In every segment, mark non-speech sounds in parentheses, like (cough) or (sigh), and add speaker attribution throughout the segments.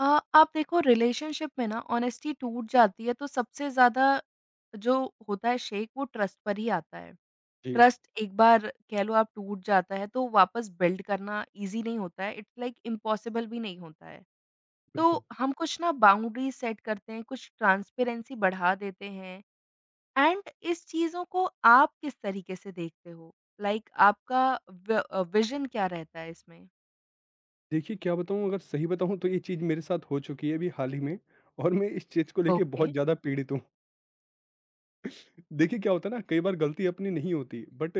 Speaker 1: अ, आप देखो रिलेशनशिप में ना ऑनेस्टी टूट जाती है तो सबसे ज़्यादा जो होता है शेक वो ट्रस्ट पर ही आता है।
Speaker 2: जी,
Speaker 1: ट्रस्ट एक बार कह लो आप टूट जाता है तो वापस बिल्ड करना ईज़ी नहीं होता है, इट्स लाइक इम्पॉसिबल भी नहीं होता है।
Speaker 2: बिल्कुल।
Speaker 1: तो हम कुछ ना बाउंड्रीज़ सेट करते हैं, कुछ ट्रांसपेरेंसी बढ़ा देते हैं एंड इस चीज़ों को आप किस तरीके से देखते हो? आपका विज़न क्या रहता है इसमें?
Speaker 2: देखिए क्या बताऊँ, अगर सही बताऊँ तो ये चीज़ मेरे साथ हो चुकी है अभी हाल ही में, और मैं इस चीज़ को लेके
Speaker 1: ओके।
Speaker 2: बहुत ज़्यादा पीड़ित हूँ। (laughs) देखिए क्या होता है ना, कई बार गलती अपनी नहीं होती बट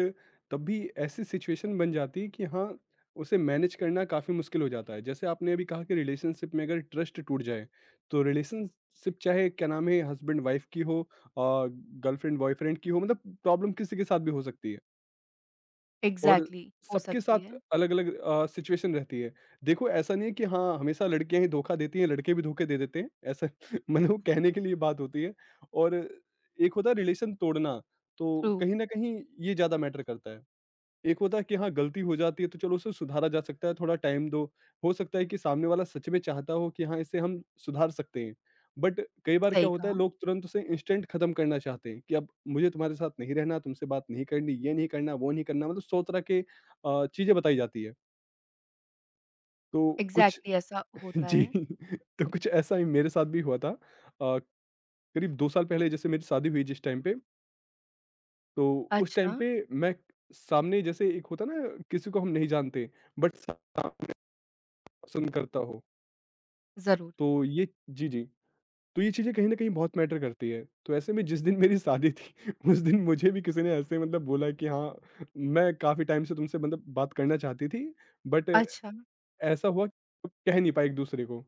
Speaker 2: तब भी ऐसी सिचुएशन बन जाती है कि हाँ, उसे मैनेज करना काफ़ी मुश्किल हो जाता है। जैसे आपने अभी कहा कि रिलेशनशिप में अगर ट्रस्ट टूट जाए, तो रिलेशनशिप चाहे क्या नाम है, हस्बैंड-वाइफ की हो गर्लफ्रेंड-बॉयफ्रेंड की हो, मतलब प्रॉब्लम किसी के साथ भी हो सकती है। और
Speaker 1: एग्ज़ैक्टली हो
Speaker 2: सबके
Speaker 1: सकती
Speaker 2: साथ
Speaker 1: है।
Speaker 2: अलग-अलग सिचुएशन रहती है। देखो ऐसा नहीं है कि हाँ, हमेशा लड़कियाँ ही धोखा देती हैं, लड़के भी धोखे दे देते हैं। ऐसा (laughs) मतलब वो कहने के लिए बात होती है। और एक होता है रिलेशन तोड़ना,
Speaker 1: ट्रू।
Speaker 2: तो कहीं न कहीं ये ज़्यादा मैटर करता है। एक होता है कि हाँ, गलती हो जाती है तो चलो उसे सुधारा जा सकता है, थोड़ा टाइम दो। हो सकता है कि सामने वाला सच में चाहता हो कि हाँ, इसे हम सुधार सकते हैं। बट कई बार
Speaker 1: सही
Speaker 2: क्या होता
Speaker 1: कहा।
Speaker 2: है, लोग तुरंत उसे इंस्टेंट खत्म करना चाहते हैं कि अब मुझे तुम्हारे साथ नहीं रहना, तुमसे बात नहीं करनी, ये नहीं करना, वो नहीं करना, मतलब 100 तरह के चीज़ें बताई जाती है। तो कुछ
Speaker 1: एग्ज़ैक्टली ऐसा
Speaker 2: (laughs)
Speaker 1: होता
Speaker 2: जी,
Speaker 1: है।
Speaker 2: (laughs) तो कुछ ऐसा ही मेरे साथ भी हुआ था। अ, करीब 2 साल पहले जैसे मेरी शादी हुई, जिस टाइम पे, तो उस टाइम
Speaker 1: अच्छा,
Speaker 2: पे मैं सामने जैसे, एक होता है ना किसी को हम नहीं जानते बट सा पसंद करता हो।
Speaker 1: ज़रूर।
Speaker 2: तो ये जी, जी। तो ये चीज़ें कहीं न कहीं बहुत मैटर करती है। तो ऐसे में जिस दिन मेरी शादी थी (laughs) उस दिन मुझे भी किसी ने ऐसे मतलब बोला कि हाँ, मैं काफ़ी टाइम से तुमसे मतलब बात करना चाहती थी, बट
Speaker 1: अच्छा,
Speaker 2: ऐसा हुआ कि कह नहीं पाए एक-दूसरे को।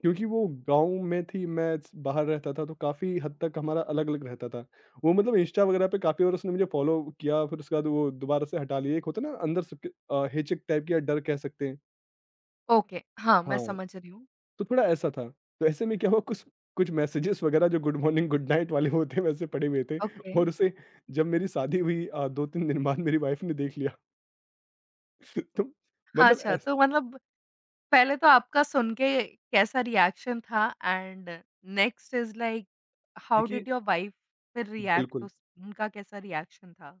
Speaker 2: क्योंकि वो गाँव में थी, मैं स बाहर रहता था, तो काफ़ी हद तक हमारा अलग-अलग रहता था। वो मतलब इंस्टा वगैरह पे काफ़ी बार उसने मुझे फ़ॉलो किया, फिर उसके बाद वो दोबारा से हटा लिया। एक होता है ना अंदर से हिचक टाइप की, या डर कह सकते हैं।
Speaker 1: ओके, हाँ, मैं
Speaker 2: हाँ।
Speaker 1: समझ रही हूँ।
Speaker 2: तो थोड़ा ऐसा था। तो ऐसे में क्या हुआ, कुछ कुछ मैसेजेस वगैरह जो गुड मॉर्निंग, गुड नाइट वाले होते हैं, वैसे पड़े हुए थे
Speaker 1: ओके,
Speaker 2: और उसे, जब मेरी शादी हुई 2-3 दिन बाद मेरी वाइफ़ ने देख लिया। (laughs) तो मतलब
Speaker 1: अच्छा
Speaker 2: ऐस
Speaker 1: तो मतलब पहले तो आपका सुन के कैसा रिएक्शन था and next is like how
Speaker 2: देखिए,
Speaker 1: डिड योर वाइफ फिर रिएक्ट
Speaker 2: बिल्कुल।
Speaker 1: उस उनका कैसा रिएक्शन था?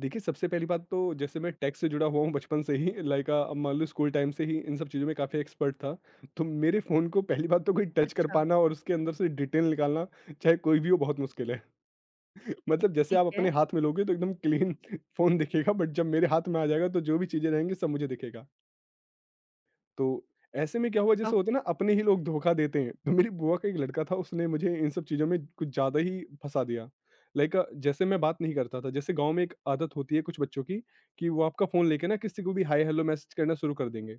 Speaker 2: देखिए सबसे पहली बात, तो जैसे मैं टेक से जुड़ा हुआ हूँ बचपन से ही, लाइक अब मान लो स्कूल टाइम से ही इन सब चीज़ों में काफ़ी एक्सपर्ट था। तो मेरे फ़ोन को पहली बात तो कोई टच कर
Speaker 1: अच्छा,
Speaker 2: पाना और उसके अंदर से डिटेल निकालना, चाहे कोई भी हो, बहुत मुश्किल है। मतलब जैसे
Speaker 1: ठीक
Speaker 2: आप
Speaker 1: है,
Speaker 2: अपने हाथ में लोगे तो एकदम क्लीन (laughs) फ़ोन दिखेगा, बट जब मेरे हाथ में आ जाएगा तो जो भी चीज़ें रहेंगी सब मुझे दिखेगा। तो ऐसे में क्या हुआ, जैसे होता
Speaker 1: ओके,
Speaker 2: है ना अपने ही लोग धोखा देते हैं, तो मेरी बुआ का एक लड़का था, उसने मुझे इन सब चीज़ों में कुछ ज़्यादा ही फँसा दिया। लाइक, जैसे मैं बात नहीं करता था, जैसे गाँव में एक आदत होती है कुछ बच्चों की कि वो आपका फ़ोन लेके ना किसी को भी हाय हेलो मैसेज करना शुरू कर देंगे।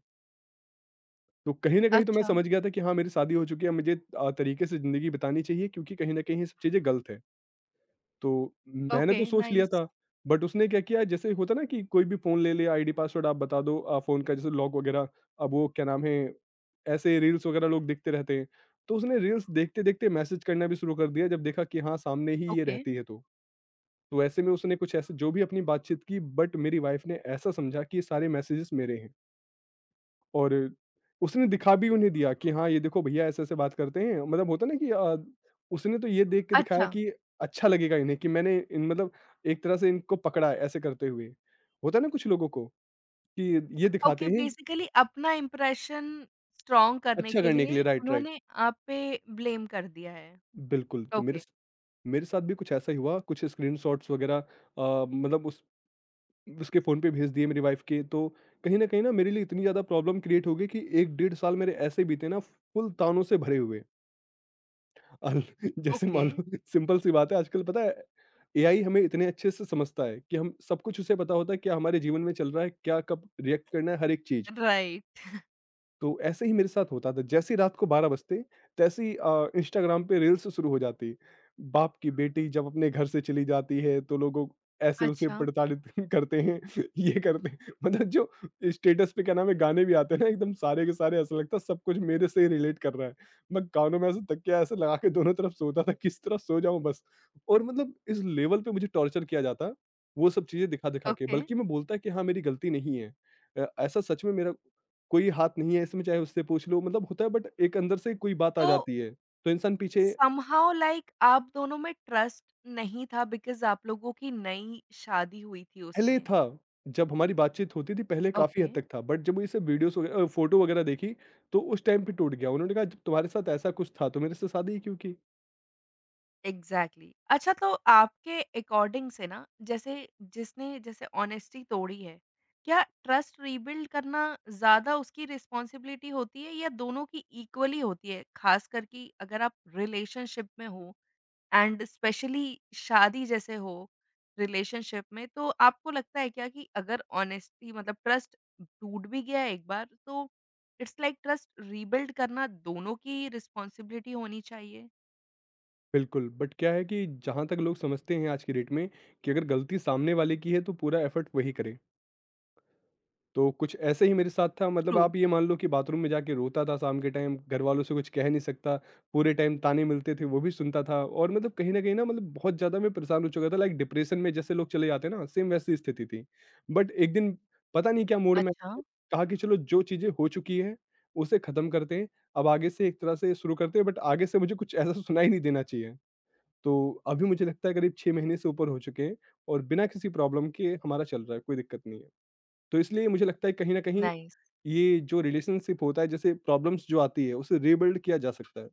Speaker 2: तो कहीं न कहीं तो मैं
Speaker 1: अच्छा,
Speaker 2: समझ गया था कि हाँ, मेरी शादी हो चुकी है, मुझे तरीके से ज़िंदगी बितानी चाहिए, क्योंकि कहीं न कहीं ये सब चीज़ें गलत है। तो मैंने
Speaker 1: ओके,
Speaker 2: तो सोच लिया
Speaker 1: नाइस,
Speaker 2: था, बट उसने क्या किया, जैसे होता ना कि कोई भी फ़ोन ले ले, आईडी पासवर्ड आप बता दो फ़ोन का जैसे लॉक वगैरह, अब वो क्या नाम है, ऐसे रील्स वगैरह लोग देखते रहते हैं। तो उसने रील्स देखते-देखते मैसेज करना भी शुरू कर दिया, जब देखा कि हाँ, सामने ही ये
Speaker 1: ओके,
Speaker 2: रहती है तो। तो ऐसे में उसने कुछ ऐसे जो भी अपनी बातचीत की, बट मेरी वाइफ़ ने ऐसा समझा कि ये सारे मैसेजेस मेरे हैं। और उसने दिखा भी उन्हें दिया कि हाँ, ये देखो भैया ऐसे-ऐसे बात करते हैं। मतलब होता है ना कि उसने तो ये देख के दिखाया
Speaker 1: अच्छा,
Speaker 2: कि अच्छा लगेगा इन्हें कि मैंने इन मतलब, एक तरह से इनको पकड़ा है, ऐसे करते हुए। होता है ना कुछ लोगों को कि ये
Speaker 1: ओके
Speaker 2: दिखाते हैं
Speaker 1: बेसिकली अपना इम्प्रेशन स्ट्रॉन्ग करने
Speaker 2: अच्छा
Speaker 1: के
Speaker 2: करने के
Speaker 1: लिए
Speaker 2: लिए। Right, right.
Speaker 1: उन्होंने आप पे ब्लेम कर दिया है।
Speaker 2: बिल्कुल, तो
Speaker 1: ओके।
Speaker 2: मेरे साथ भी कुछ ऐसा ही हुआ। कुछ स्क्रीनशॉट्स वगैरह मतलब उस उसके फ़ोन पे भेज दिए मेरी वाइफ के, तो कहीं न कहीं ना मेरे लिए इतनी ज़्यादा प्रॉब्लम क्रिएट हो गई कि 1 डेढ़ साल मेरे ऐसे बीते ना, फुल तानों से भरे हुए। अल (laughs) जैसे
Speaker 1: ओके,
Speaker 2: मान लो, सिंपल सी बात है, आजकल पता है एआई हमें इतने अच्छे से समझता है कि हम सब कुछ, उसे पता होता है क्या हमारे जीवन में चल रहा है, क्या कब रिएक्ट करना है, हर एक चीज
Speaker 1: राइट
Speaker 2: तो ऐसे ही मेरे साथ होता था। जैसे ही रात को 12 बजते, तैसे ही इंस्टाग्राम पे रील्स शुरू हो जाती। बाप की बेटी जब अपने घर से चली जाती है तो लोगों, ऐसे उसे
Speaker 1: अच्छा,
Speaker 2: प्रताड़ित (laughs) करते हैं, ये करते हैं। मतलब जो स्टेटस पे क्या नाम है, गाने भी आते हैं ना एकदम सारे के सारे, ऐसा लगता है सब कुछ मेरे से ही रिलेट कर रहा है। मैं कानों में ऐसे तकिया ऐसे लगा के दोनों तरफ सोता था, किस तरह सो जाऊँ बस। और मतलब इस लेवल पे मुझे टॉर्चर किया जाता, वो सब चीज़ें दिखा-दिखा के।
Speaker 1: ओके।
Speaker 2: बल्कि मैं बोलता कि हाँ, मेरी गलती नहीं है। ऐसा सच में मेरा कोई हाथ नहीं है इसमें, चाहे उससे पूछ लो, मतलब होता है बट एक अंदर से कोई बात आ
Speaker 1: तो
Speaker 2: जाती है। तो इंसान पीछे,
Speaker 1: समहाउ लाइक आप दोनों में ट्रस्ट नहीं था बिकॉज़ आप लोगों की नई शादी हुई थी
Speaker 2: पहले
Speaker 1: उसमें।
Speaker 2: था, जब हमारी बातचीत होती थी पहले काफ़ी
Speaker 1: ओके।
Speaker 2: हद तक था, बट जब वो इसे वीडियोज़ फ़ोटो वगैरह देखी, तो उस टाइम पे टूट गया। उन्होंने कहा जब तुम्हारे साथ ऐसा कुछ था तो मेरे से शादी ही क्यों की?
Speaker 1: एग्ज़ैक्टली। अच्छा तो आपके अकॉर्डिंग से ना जैसे जिसने जैसे ऑनेस्टी तोड़ी है, क्या ट्रस्ट रीबिल्ड करना ज़्यादा उसकी रिस्पॉन्सिबिलिटी होती है या दोनों की इक्वली होती है? ख़ासकर कि अगर आप रिलेशनशिप में हो? एंड स्पेशली शादी जैसे हो, रिलेशनशिप में, तो आपको लगता है क्या कि अगर ऑनेस्टी मतलब ट्रस्ट टूट भी गया एक बार, तो इट्स लाइक ट्रस्ट रीबिल्ड करना दोनों की रिस्पॉन्सिबिलिटी होनी चाहिए?
Speaker 2: बिल्कुल, बट क्या है कि जहाँ तक लोग समझते हैं आज की डेट में, कि अगर गलती सामने वाले की है तो पूरा एफर्ट वही करे। तो कुछ ऐसे ही मेरे साथ था, मतलब
Speaker 1: ट्रू।
Speaker 2: आप ये मान लो कि बाथरूम में जाके रोता था शाम के टाइम, घर वालों से कुछ कह नहीं सकता, पूरे टाइम ताने मिलते थे, वो भी सुनता था, और मतलब कहीं न कहीं ना, मतलब बहुत ज़्यादा मैं परेशान हो चुका था, लाइक डिप्रेशन में जैसे लोग चले जाते हैं ना, सेम वैसी स्थिति थी। बट एक दिन पता नहीं क्या मूड में
Speaker 1: अच्छा,
Speaker 2: आया, कहा कि चलो जो चीज़ें हो चुकी हैं, उसे ख़त्म करते हैं, अब आगे से एक तरह से शुरू करते हैं, बट आगे से मुझे कुछ ऐसा सुनाई नहीं देना चाहिए। तो अभी मुझे लगता है करीब 6 महीने से ऊपर हो चुके हैं, और बिना किसी प्रॉब्लम के हमारा चल रहा है, कोई दिक्कत नहीं है। तो इसलिए मुझे लगता है कहीं न कहीं
Speaker 1: नाइस।
Speaker 2: ये जो रिलेशनशिप होता है, जैसे प्रॉब्लम्स जो आती है, उसे रीबिल्ड किया जा सकता है।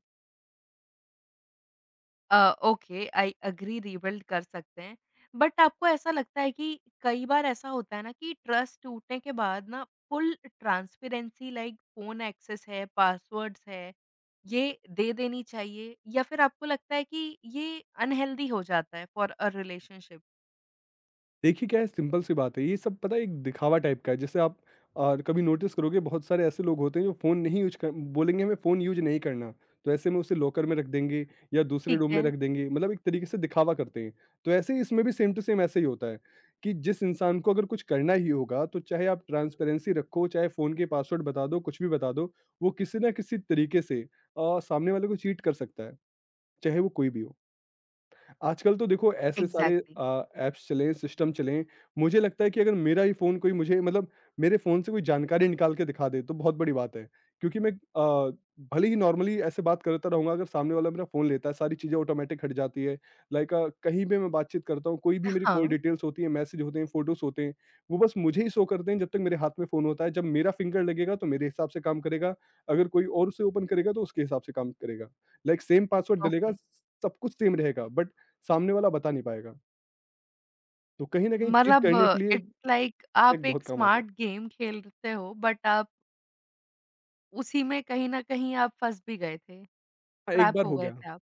Speaker 1: ओके आई एग्री रिबिल्ड कर सकते हैं। बट आपको ऐसा लगता है कि कई बार ऐसा होता है ना कि ट्रस्ट टूटने के बाद ना full transparency like phone access है, पासवर्ड्स है, ये दे देनी चाहिए या फिर आपको लगता है कि ये अनहेल्दी हो जाता है फॉर अ रिलेशनशिप?
Speaker 2: देखिए क्या है, सिंपल सी बात है, ये सब पता है, एक दिखावा टाइप का है। जैसे आप कभी नोटिस करोगे, बहुत सारे ऐसे लोग होते हैं जो फ़ोन नहीं यूज कर, बोलेंगे हमें फ़ोन यूज नहीं करना, तो ऐसे में उसे लॉकर में रख देंगे, या दूसरे
Speaker 1: ठीक
Speaker 2: रूम में
Speaker 1: है,
Speaker 2: रख देंगे, मतलब एक तरीके से दिखावा करते हैं। तो ऐसे ही इसमें भी सेम टू सेम ऐसे ही होता है कि जिस इंसान को अगर कुछ करना ही होगा, तो चाहे आप ट्रांसपेरेंसी रखो, चाहे फ़ोन के पासवर्ड बता दो, कुछ भी बता दो, वो किसी ना किसी तरीके से सामने वाले को चीट कर सकता है, चाहे वो कोई भी हो। आजकल तो देखो ऐसे सारे
Speaker 1: एग्ज़ैक्टली
Speaker 2: ऐप्स चले हैं, सिस्टम चले हैं। मुझे लगता है कि अगर मेरा ही फ़ोन कोई, मुझे मतलब मेरे फ़ोन से कोई जानकारी निकाल के दिखा दे, तो बहुत बड़ी बात है। क्योंकि मैं भले ही नॉर्मली ऐसे बात करता रहूँगा, अगर सामने वाला मेरा फ़ोन लेता है, सारी चीज़ें ऑटोमैटिक हट जाती है। लाइक कहीं भी मैं बातचीत करता हूँ, कोई भी मेरी कॉल
Speaker 1: हाँ,
Speaker 2: डिटेल्स होती हैं, मैसेज होते हैं, फ़ोटोज़ होते हैं, वो बस मुझे ही शो करते हैं जब तक मेरे हाथ में फ़ोन होता है। जब मेरा फ़िंगर लगेगा, तो मेरे हिसाब से काम करेगा। अगर कोई और उसे ओपन करेगा, तो उसके हिसाब से काम करेगा। लाइक सेम पासवर्ड डलेगा,
Speaker 1: ओके।
Speaker 2: सब कुछ सेम रहेगा, बट सामने वाला बता नहीं पाएगा, तो कहीं न कहीं चीट
Speaker 1: मतलब
Speaker 2: करने के लिए
Speaker 1: इट्स लाइक आप
Speaker 2: एक
Speaker 1: एक
Speaker 2: बहुत काम आता है।
Speaker 1: स्मार्ट गेम खेलते हो बट आप उसी में कहीं न कहीं आप फँस भी गए थे,
Speaker 2: हाँ, एक
Speaker 1: ट्रैप
Speaker 2: बार
Speaker 1: हो
Speaker 2: हो
Speaker 1: गए
Speaker 2: गया।
Speaker 1: थे आप।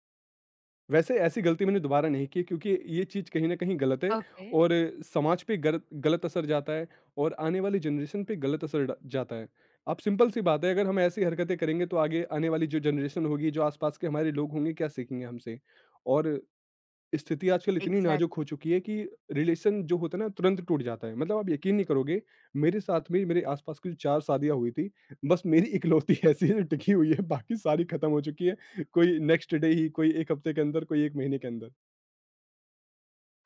Speaker 2: वैसे ऐसी गलती मैंने दोबारा नहीं की, क्योंकि ये चीज़ कहीं न कहीं गलत है,
Speaker 1: ओके,
Speaker 2: और समाज पे गलत गलत असर जाता है, और आने वाली जनरेशन पे गलत असर डा जाता है। अब सिंपल सी बात है, अगर हम ऐसी हरकतें करेंगे तो आगे आने वाली जो जनरेशन होगी, जो आस-पास के हमारे लोग होंगे, क्या सीखेंगे हमसे? और स्थिति आजकल इतनी नाजुक हो
Speaker 1: एग्ज़ैक्टली।
Speaker 2: चुकी है कि रिलेशन जो होता है ना, तुरंत टूट जाता है। मतलब आप यकीन नहीं करोगे, मेरे साथ में मेरे आस-पास की 4 शादियाँ हुई थी, बस मेरी (laughs) इकलौती ऐसी है जो टिकी हुई है, बाकी सारी खत्म हो चुकी है। कोई नेक्स्ट डे ही, कोई 1 हफ्ते के अंदर, कोई 1 महीने के अंदर।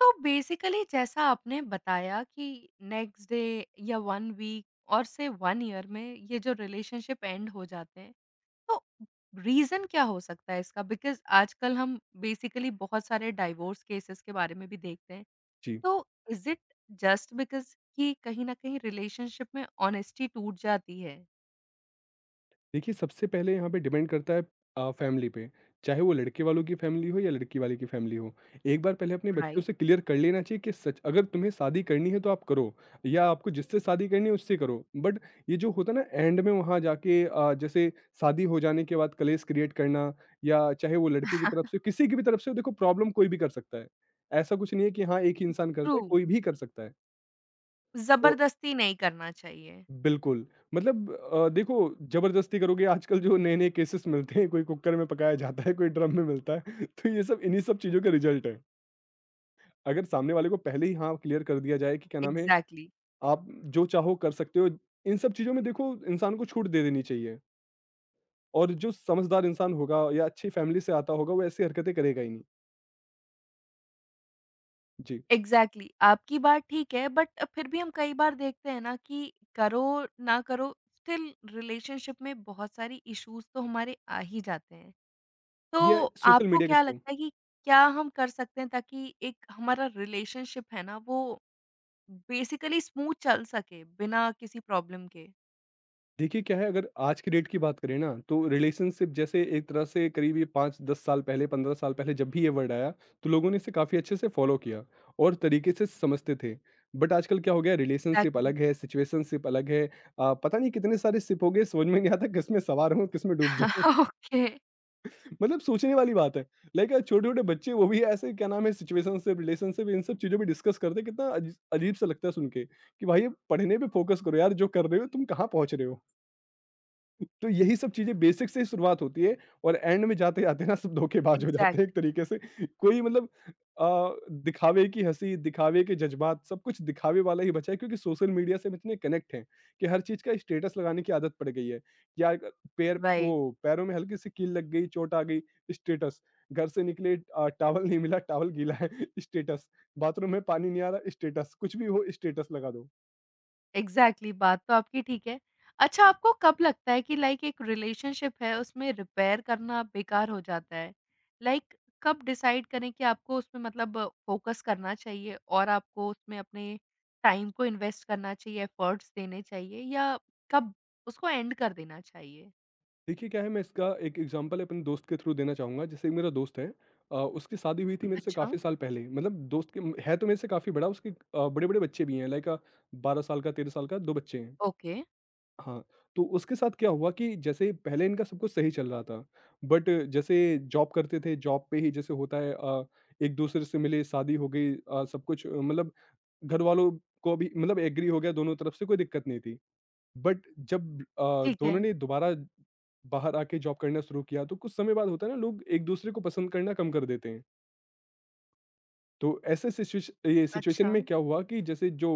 Speaker 1: तो बेसिकली जैसा आपने बताया कि नेक्स्ट डे या 1 वीक और से 1 ईयर में ये जो रिलेशनशिप एंड हो जाते हैं, तो रीज़न क्या हो सकता है इसका? बिकॉज़ आजकल हम बेसिकली बहुत सारे डाइवोर्स केसेज़ के बारे में भी देखते हैं।
Speaker 2: जी।
Speaker 1: तो इज़ इट जस्ट बिकॉज़ कि कहीं न कहीं रिलेशनशिप में ऑनेस्टी टूट जाती है,
Speaker 2: देखिए, सबसे पहले यहाँ पे डिपेंड करता है फैमिली पे, चाहे वो लड़के वालों की फैमिली हो या लड़की वाले की फैमिली हो। एक बार पहले अपने बच्चों
Speaker 1: राइट?
Speaker 2: से क्लियर कर लेना चाहिए कि सच अगर तुम्हें शादी करनी है तो आप करो, या आपको जिससे शादी करनी है उससे करो। बट ये जो होता है ना एंड में वहाँ जाके, जैसे शादी हो जाने के बाद कलेश क्रिएट करना, या चाहे वो लड़के की तरफ से किसी की भी तरफ से हो, देखो प्रॉब्लम कोई भी कर सकता है। ऐसा कुछ नहीं है कि हाँ, एक ही इंसान
Speaker 1: ट्रू,
Speaker 2: करता है, कोई भी कर सकता है।
Speaker 1: ज़बरदस्ती नहीं करना चाहिए।
Speaker 2: बिल्कुल। मतलब देखो, ज़बरदस्ती करोगे आजकल जो नए-नए केसेस मिलते हैं, कोई कुकर में पकाया जाता है, कोई ड्रम में मिलता है, (laughs) तो ये सब इन्हीं सब चीज़ों का रिज़ल्ट है। अगर सामने वाले को पहले ही हाँ, क्लियर कर दिया जाए कि क्या नाम है,
Speaker 1: एग्ज़ैक्टली।
Speaker 2: आप जो चाहो कर सकते हो, इन सब चीज़ों में देखो इंसान को छूट दे देनी चाहिए, और जो समझदार इंसान होगा या अच्छी फैमिली से आता होगा, वो ऐसी हरकतें करेगा ही नहीं। जी,
Speaker 1: एग्ज़ैक्टली exactly. आपकी बात ठीक है बट फिर भी हम कई बार देखते हैं ना कि करो ना करो स्टिल रिलेशनशिप में बहुत सारी इश्यूज तो हमारे आ ही जाते हैं तो
Speaker 2: ये सोशल
Speaker 1: आपको
Speaker 2: मीडिया के
Speaker 1: क्या
Speaker 2: थ्रू।
Speaker 1: लगता है कि क्या हम कर सकते हैं ताकि एक हमारा रिलेशनशिप है ना वो बेसिकली स्मूथ चल सके बिना किसी प्रॉब्लम के
Speaker 2: देखिए क्या है, अगर आज की डेट की बात करें ना, तो रिलेशनशिप जैसे एक तरह से, करीब ये पाँच दस साल पहले, 15 साल पहले जब भी ये वर्ड आया, तो लोगों ने इसे काफ़ी अच्छे से फॉलो किया और तरीके से समझते थे। बट आजकल क्या हो गया, रिलेशनशिप
Speaker 1: एग्जैक्टली
Speaker 2: अलग है, सिचुएशनशिप अलग है। पता नहीं कितने सारे सिप हो गए, समझ में नहीं आता किस में सवार हों, किस में डूब जाए।
Speaker 1: (laughs) ओके
Speaker 2: (laughs) मतलब सोचने वाली बात है। लाइक छोटे छोटे बच्चे, वो भी ऐसे क्या नाम है, सिचुएशनशिप रिलेशनशिप इन सब चीज़ों पर डिस्कस करते हैं। कितना अजीब सा लगता है सुन के कि भाई ये पढ़ने पे फोकस करो यार, जो कर रहे हो तुम, कहाँ पहुंच रहे हो। तो यही सब चीज़ें बेसिक से ही शुरुआत होती है, और एंड में जाते-जाते ना सब धोखेबाज हो जाते हैं
Speaker 1: एग्जैक्ट
Speaker 2: एक तरीके से। कोई मतलब, दिखावे की हँसी, दिखावे के जज़्बात, सब कुछ दिखावे वाला ही बचा है, क्योंकि सोशल मीडिया से हम इतने कनेक्ट हैं कि हर चीज़ का स्टेटस लगाने की आदत पड़ गई है। या पैर वो
Speaker 1: राइट (laughs)
Speaker 2: पैरों में हल्की-सी कील लग गई, चोट आ गई, स्टेटस। घर से निकले, टॉवल नहीं मिला, टॉवल गीला है, स्टेटस। बाथरूम में पानी नहीं आ रहा, स्टेटस। कुछ भी हो स्टेटस लगा दो।
Speaker 1: एग्ज़ैक्टली बात तो आपकी ठीक है। अच्छा आपको कब लगता है कि लाइक एक रिलेशनशिप है उसमें रिपेयर करना बेकार हो जाता है? लाइक कब डिसाइड करें कि आपको उसमें मतलब फ़ोकस करना चाहिए और आपको उसमें अपने टाइम को इन्वेस्ट करना चाहिए, एफ़र्ट्स देने चाहिए या कब उसको एंड कर देना चाहिए?
Speaker 2: देखिए क्या है, मैं इसका एक एग्जांपल अपने दोस्त के थ्रू देना चाहूँगा। जैसे एक मेरा दोस्त है, उसकी शादी हुई थी हुँ। मेरे से
Speaker 1: अच्छा,
Speaker 2: काफ़ी साल पहले, मतलब दोस्त के, है तो मेरे से काफ़ी बड़ा। उसके बड़े-बड़े बच्चे भी हैं, लाइक 12 साल का, 13 साल का 2 बच्चे हैं।
Speaker 1: ओके।
Speaker 2: हाँ, तो उसके साथ क्या हुआ कि जैसे पहले इनका सब कुछ सही चल रहा था। बट जैसे जॉब करते थे, जॉब पे ही जैसे होता है, एक-दूसरे से मिले, शादी हो गई, सब कुछ, मतलब घरवालों को भी मतलब एग्री हो गया, दोनों तरफ से कोई दिक्कत नहीं थी। बट जब
Speaker 1: ठीक है।
Speaker 2: दोनों ने दोबारा बाहर आके जॉब करना शुरू किया, तो कुछ समय बाद होता है ना, लोग एक दूसरे को पसंद करना कम कर देते हैं। तो ऐसे ये सिचुएशन
Speaker 1: अच्छा।
Speaker 2: में क्या हुआ कि जैसे जो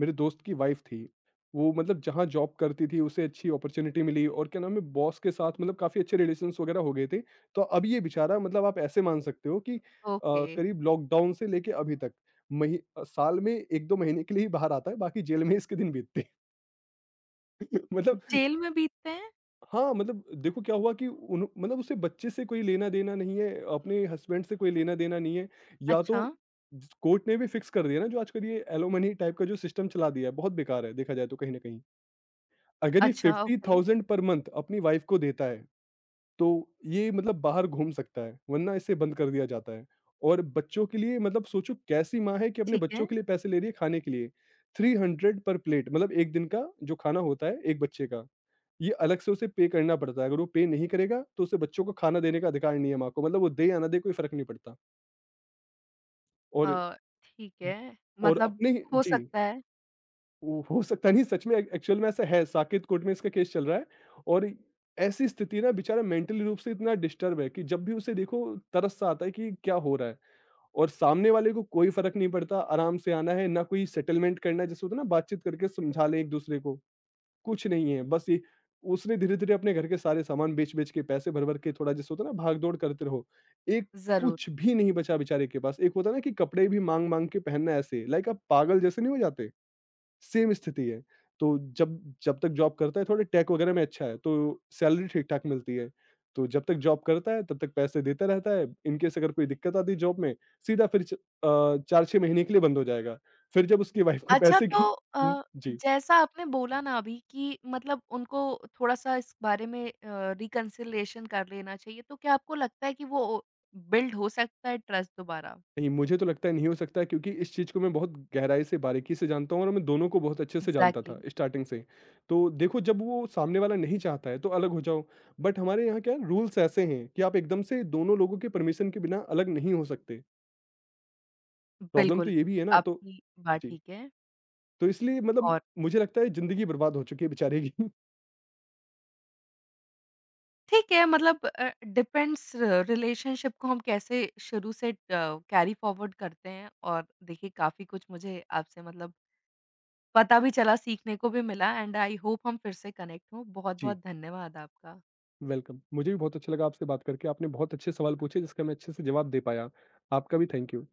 Speaker 2: मेरे दोस्त की वाइफ थी, वो मतलब जहाँ जॉब करती थी, उसे अच्छी अपॉर्चुनिटी मिली, और क्या नाम है, बॉस के साथ मतलब काफ़ी अच्छे रिलेशंस वगैरह हो गए थे। तो अब ये बेचारा, मतलब आप ऐसे मान सकते हो कि
Speaker 1: ओके।
Speaker 2: करीब लॉकडाउन से लेके अभी तक साल में एक दो महीने के लिए ही बाहर आता है, बाकी जेल में इसके दिन बीतते हैं। (laughs) मतलब
Speaker 1: जेल में बीतते हैं?
Speaker 2: हाँ, मतलब देखो क्या हुआ कि उन्हो मतलब उसे बच्चे से कोई लेना-देना नहीं है, अपने हस्बैंड से कोई लेना-देना नहीं है, या
Speaker 1: अच्छा,
Speaker 2: तो स कोर्ट ने भी फिक्स कर दिया ना, जो आजकल ये एलिमनी टाइप का जो सिस्टम चला दिया है, बहुत बेकार है देखा जाए तो कहीं न कहीं। अगर ये
Speaker 1: अच्छा, ओके,
Speaker 2: 50,000 पर मंथ अपनी वाइफ़ को देता है, तो ये मतलब बाहर घूम सकता है, वरना इसे बंद कर दिया जाता है। और बच्चों के लिए मतलब सोचो कैसी माँ है कि अपने
Speaker 1: ठीक है।
Speaker 2: बच्चों के लिए पैसे ले रही है खाने के लिए, 300 पर प्लेट मतलब 1 दिन का जो खाना होता है, 1 बच्चे का। ये अलग से उसे पे करना पड़ता है, अगर वो पे नहीं करेगा, तो उसे बच्चों को खाना देने का अधिकार नहीं है माँ को, मतलब वो दे या ना दे कोई फ़र्क नहीं पड़ता। और
Speaker 1: अ, ठीक है,
Speaker 2: और
Speaker 1: मतलब
Speaker 2: अपने ही,
Speaker 1: हो
Speaker 2: जी।
Speaker 1: सकता है।
Speaker 2: वो हो सकता नहीं, सच में ए एक्चुअल में ऐसा है, साकेत कोर्ट में इसका केस चल रहा है। और ऐसी स्थिति ना, बेचारा मेंटली रूप से इतना डिस्टर्ब है कि जब भी उसे देखो, तरस सा आता है कि क्या हो रहा है। और सामने वाले को कोई फ़र्क नहीं पड़ता, आराम से आना है, ना कोई सेटलमेंट करना है, जैसे होता है ना, बातचीत करके समझा लें एक-दूसरे को। कुछ नहीं है, बस ये उसने धीरे-धीरे अपने घर के सारे सामान बेच-बेच के, पैसे भर-भर के, थोड़ा जैसे होता है ना भाग-दौड़ करते रहो, एक
Speaker 1: ज़रूर।
Speaker 2: कुछ भी नहीं बचा बेचारे के पास। एक होता है ना कि कपड़े भी माँग-माँग के पहनना ऐसे, लाइक आप पागल जैसे नहीं हो जाते? सेम स्थिति है। तो जब जब तक जॉब करता है, थोड़े टेक वगैरह में अच्छा है, तो सैलरी ठीक-ठाक मिलती है। तो जब तक जॉब करता है तब तक पैसे देता रहता है, इन केस अगर कोई दिक्कत आती है जॉब में, सीधा फिर 4-6 महीने के लिए बंद हो जाएगा। फिर जब उसकी वाइफ को
Speaker 1: अच्छा
Speaker 2: पैसे
Speaker 1: तो
Speaker 2: की। हुँ, जी।
Speaker 1: जैसा आपने बोला ना अभी कि मतलब उनको थोड़ा-सा इस बारे में रिकन्सिलिएशन कर लेना चाहिए, तो क्या आपको लगता है कि वो बिल्ड हो सकता है ट्रस्ट दोबारा?
Speaker 2: नहीं, मुझे तो लगता है नहीं हो सकता है, क्योंकि इस चीज़ को मैं बहुत गहराई से, बारीकी से जानता हूँ, और मैं दोनों को बहुत अच्छे से जानता
Speaker 1: एग्ज़ैक्टली,
Speaker 2: था स्टार्टिंग से। तो देखो, जब वो सामने वाला नहीं चाहता है तो अलग हो जाओ, बट हमारे यहाँ क्या रूल्स ऐसे हैं कि आप एकदम से दोनों लोगों के परमिशन के बिना अलग नहीं हो सकते। प्रॉब्लम तो
Speaker 1: बिल्कुल,
Speaker 2: ये भी है ना, तो
Speaker 1: आपकी बात
Speaker 2: जी।
Speaker 1: ठीक है।
Speaker 2: तो इसलिए मतलब
Speaker 1: और
Speaker 2: मुझे लगता है ज़िंदगी बर्बाद हो चुकी है बेचारे की। (laughs)
Speaker 1: ठीक है मतलब डिपेंड्स रिलेशनशिप को हम कैसे शुरू से कैरी फॉरवर्ड करते हैं और देखिए काफ़ी कुछ मुझे आपसे मतलब पता भी चला, सीखने को भी मिला एंड आई होप हम फिर से कनेक्ट हों।
Speaker 2: जी,
Speaker 1: बहुत-बहुत धन्यवाद आपका।
Speaker 2: वेलकम। मुझे भी बहुत अच्छा लगा आपसे बात करके, आपने बहुत अच्छे सवाल पूछे जिसका मैं अच्छे से जवाब दे पाया। आपका भी थैंक यू।